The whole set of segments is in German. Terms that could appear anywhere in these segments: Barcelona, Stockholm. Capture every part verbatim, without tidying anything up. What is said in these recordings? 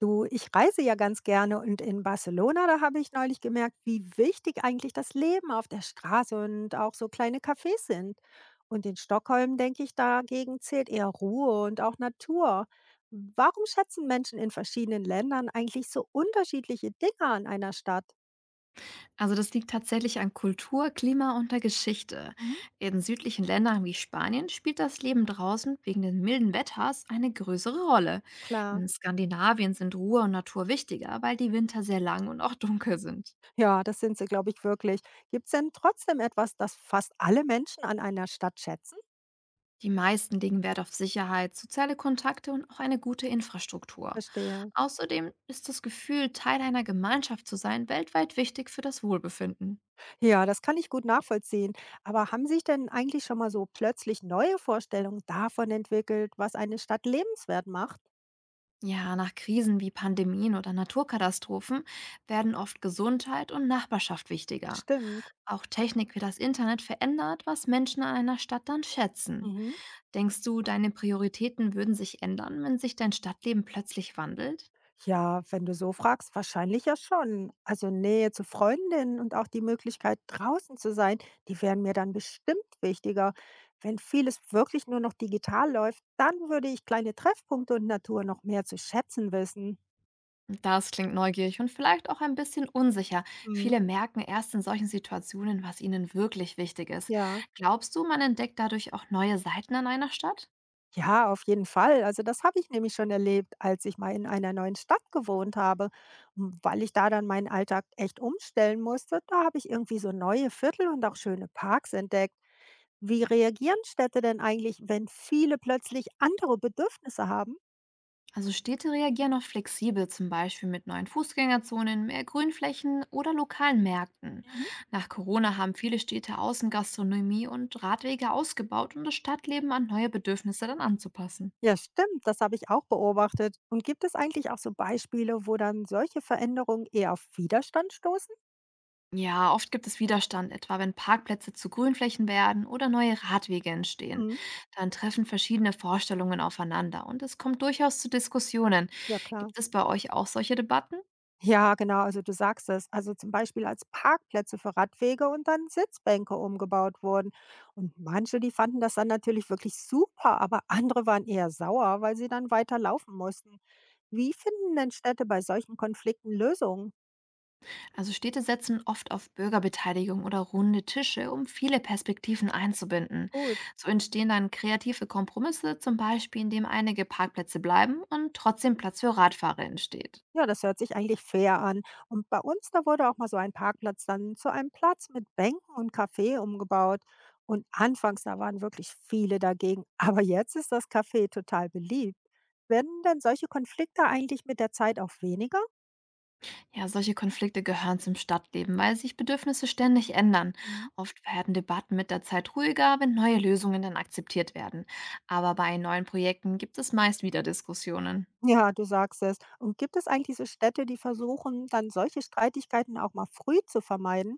Du, ich reise ja ganz gerne und in Barcelona, da habe ich neulich gemerkt, wie wichtig eigentlich das Leben auf der Straße und auch so kleine Cafés sind. Und in Stockholm, denke ich, dagegen zählt eher Ruhe und auch Natur. Warum schätzen Menschen in verschiedenen Ländern eigentlich so unterschiedliche Dinge an einer Stadt? Also das liegt tatsächlich an Kultur, Klima und der Geschichte. Mhm, In südlichen Ländern wie Spanien spielt das Leben draußen wegen des milden Wetters eine größere Rolle. klar. In Skandinavien sind Ruhe und Natur wichtiger, weil die Winter sehr lang und auch dunkel sind. Ja, das sind sie, glaube ich, wirklich. Gibt es denn trotzdem etwas, das fast alle Menschen an einer Stadt schätzen? Die meisten legen Wert auf Sicherheit, soziale Kontakte und auch eine gute Infrastruktur. Verstehe. Außerdem ist das Gefühl, Teil einer Gemeinschaft zu sein, weltweit wichtig für das Wohlbefinden. Ja, das kann ich gut nachvollziehen. Aber haben sich denn eigentlich schon mal so plötzlich neue Vorstellungen davon entwickelt, was eine Stadt lebenswert macht? Ja, nach Krisen wie Pandemien oder Naturkatastrophen werden oft Gesundheit und Nachbarschaft wichtiger. Stimmt. Auch Technik wie das Internet verändert, was Menschen an einer Stadt dann schätzen. Mhm. Denkst du, deine Prioritäten würden sich ändern, wenn sich dein Stadtleben plötzlich wandelt? Ja, wenn du so fragst, wahrscheinlich ja schon. Also Nähe zu Freundinnen und auch die Möglichkeit, draußen zu sein, die wären mir dann bestimmt wichtiger. Wenn vieles wirklich nur noch digital läuft, dann würde ich kleine Treffpunkte und Natur noch mehr zu schätzen wissen. Das klingt neugierig und vielleicht auch ein bisschen unsicher. Mhm. Viele merken erst in solchen Situationen, was ihnen wirklich wichtig ist. Ja. Glaubst du, man entdeckt dadurch auch neue Seiten an einer Stadt? Ja, auf jeden Fall. Also das habe ich nämlich schon erlebt, als ich mal in einer neuen Stadt gewohnt habe. Und weil ich da dann meinen Alltag echt umstellen musste, da habe ich irgendwie so neue Viertel und auch schöne Parks entdeckt. Wie reagieren Städte denn eigentlich, wenn viele plötzlich andere Bedürfnisse haben? Also Städte reagieren oft flexibel, zum Beispiel mit neuen Fußgängerzonen, mehr Grünflächen oder lokalen Märkten. Mhm. Nach Corona haben viele Städte Außengastronomie und Radwege ausgebaut, um das Stadtleben an neue Bedürfnisse dann anzupassen. Ja, stimmt, das habe ich auch beobachtet. Und gibt es eigentlich auch so Beispiele, wo dann solche Veränderungen eher auf Widerstand stoßen? Ja, oft gibt es Widerstand, etwa wenn Parkplätze zu Grünflächen werden oder neue Radwege entstehen. Mhm. Dann treffen verschiedene Vorstellungen aufeinander und es kommt durchaus zu Diskussionen. Ja, klar. Gibt es bei euch auch solche Debatten? Ja, genau, also du sagst es. Also zum Beispiel als Parkplätze für Radwege und dann Sitzbänke umgebaut wurden. Und manche, die fanden das dann natürlich wirklich super, aber andere waren eher sauer, weil sie dann weiter laufen mussten. Wie finden denn Städte bei solchen Konflikten Lösungen? Also Städte setzen oft auf Bürgerbeteiligung oder runde Tische, um viele Perspektiven einzubinden. Gut. So entstehen dann kreative Kompromisse, zum Beispiel indem einige Parkplätze bleiben und trotzdem Platz für Radfahrer entsteht. Ja, das hört sich eigentlich fair an. Und bei uns, da wurde auch mal so ein Parkplatz dann zu einem Platz mit Bänken und Café umgebaut. Und anfangs, da waren wirklich viele dagegen. Aber jetzt ist das Café total beliebt. Werden denn solche Konflikte eigentlich mit der Zeit auch weniger? Ja, solche Konflikte gehören zum Stadtleben, weil sich Bedürfnisse ständig ändern. Mhm. Oft werden Debatten mit der Zeit ruhiger, wenn neue Lösungen dann akzeptiert werden. Aber bei neuen Projekten gibt es meist wieder Diskussionen. Ja, du sagst es. Und gibt es eigentlich so Städte, die versuchen, dann solche Streitigkeiten auch mal früh zu vermeiden?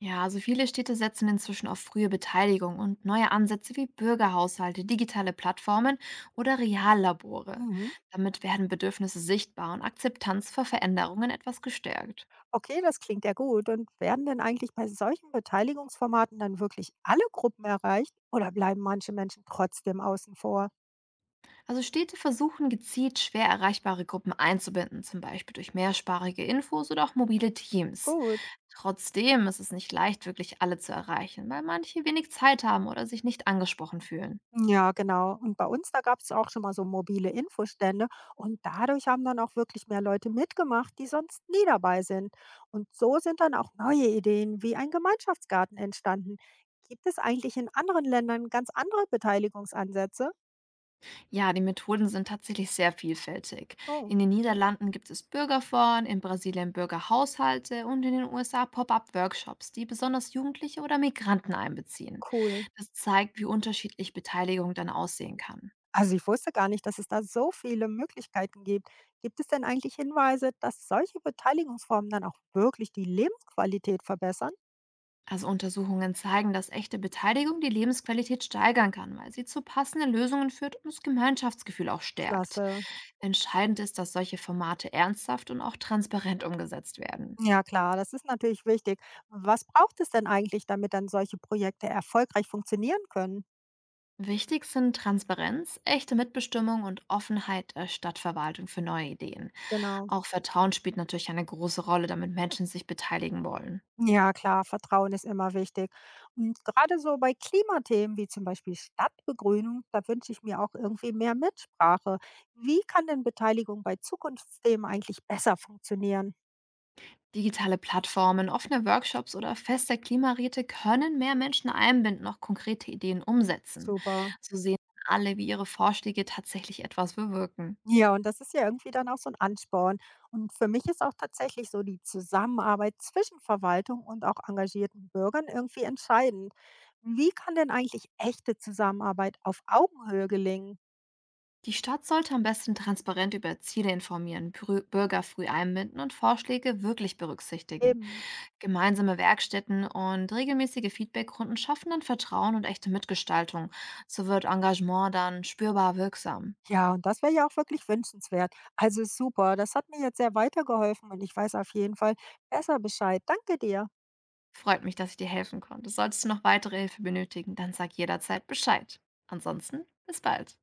Ja, also viele Städte setzen inzwischen auf frühe Beteiligung und neue Ansätze wie Bürgerhaushalte, digitale Plattformen oder Reallabore. Mhm. Damit werden Bedürfnisse sichtbar und Akzeptanz für Veränderungen etwas gestärkt. Okay, das klingt ja gut. Und werden denn eigentlich bei solchen Beteiligungsformaten dann wirklich alle Gruppen erreicht oder bleiben manche Menschen trotzdem außen vor? Also Städte versuchen gezielt schwer erreichbare Gruppen einzubinden, zum Beispiel durch mehrsprachige Infos oder auch mobile Teams. Gut. Trotzdem ist es nicht leicht, wirklich alle zu erreichen, weil manche wenig Zeit haben oder sich nicht angesprochen fühlen. Ja, genau. Und bei uns, da gab es auch schon mal so mobile Infostände und dadurch haben dann auch wirklich mehr Leute mitgemacht, die sonst nie dabei sind. Und so sind dann auch neue Ideen wie ein Gemeinschaftsgarten entstanden. Gibt es eigentlich in anderen Ländern ganz andere Beteiligungsansätze? Ja, die Methoden sind tatsächlich sehr vielfältig. Oh, In den Niederlanden gibt es Bürgerforen, in Brasilien Bürgerhaushalte und in den U S A Pop-up-Workshops, die besonders Jugendliche oder Migranten einbeziehen. cool. Das zeigt, wie unterschiedlich Beteiligung dann aussehen kann. Also ich wusste gar nicht, dass es da so viele Möglichkeiten gibt. Gibt es denn eigentlich Hinweise, dass solche Beteiligungsformen dann auch wirklich die Lebensqualität verbessern? Also Untersuchungen zeigen, dass echte Beteiligung die Lebensqualität steigern kann, weil sie zu passenden Lösungen führt und das Gemeinschaftsgefühl auch stärkt. Klasse. Entscheidend ist, dass solche Formate ernsthaft und auch transparent umgesetzt werden. Ja klar, das ist natürlich wichtig. Was braucht es denn eigentlich, damit dann solche Projekte erfolgreich funktionieren können? Wichtig sind Transparenz, echte Mitbestimmung und Offenheit der Stadtverwaltung für neue Ideen. Genau. Auch Vertrauen spielt natürlich eine große Rolle, damit Menschen sich beteiligen wollen. Ja klar, Vertrauen ist immer wichtig. Und gerade so bei Klimathemen wie zum Beispiel Stadtbegrünung, da wünsche ich mir auch irgendwie mehr Mitsprache. Wie kann denn Beteiligung bei Zukunftsthemen eigentlich besser funktionieren? Digitale Plattformen, offene Workshops oder feste Klimaräte können mehr Menschen einbinden, auch konkrete Ideen umsetzen. Super. So sehen alle, wie ihre Vorschläge tatsächlich etwas bewirken. Ja, und das ist ja irgendwie dann auch so ein Ansporn. Und für mich ist auch tatsächlich so die Zusammenarbeit zwischen Verwaltung und auch engagierten Bürgern irgendwie entscheidend. Wie kann denn eigentlich echte Zusammenarbeit auf Augenhöhe gelingen? Die Stadt sollte am besten transparent über Ziele informieren, Brü- Bürger früh einbinden und Vorschläge wirklich berücksichtigen. Eben. Gemeinsame Werkstätten und regelmäßige Feedbackrunden schaffen dann Vertrauen und echte Mitgestaltung. So wird Engagement dann spürbar wirksam. Ja, und das wäre ja auch wirklich wünschenswert. Also super, das hat mir jetzt sehr weitergeholfen und ich weiß auf jeden Fall besser Bescheid. Danke dir. Freut mich, dass ich dir helfen konnte. Solltest du noch weitere Hilfe benötigen, dann sag jederzeit Bescheid. Ansonsten, bis bald.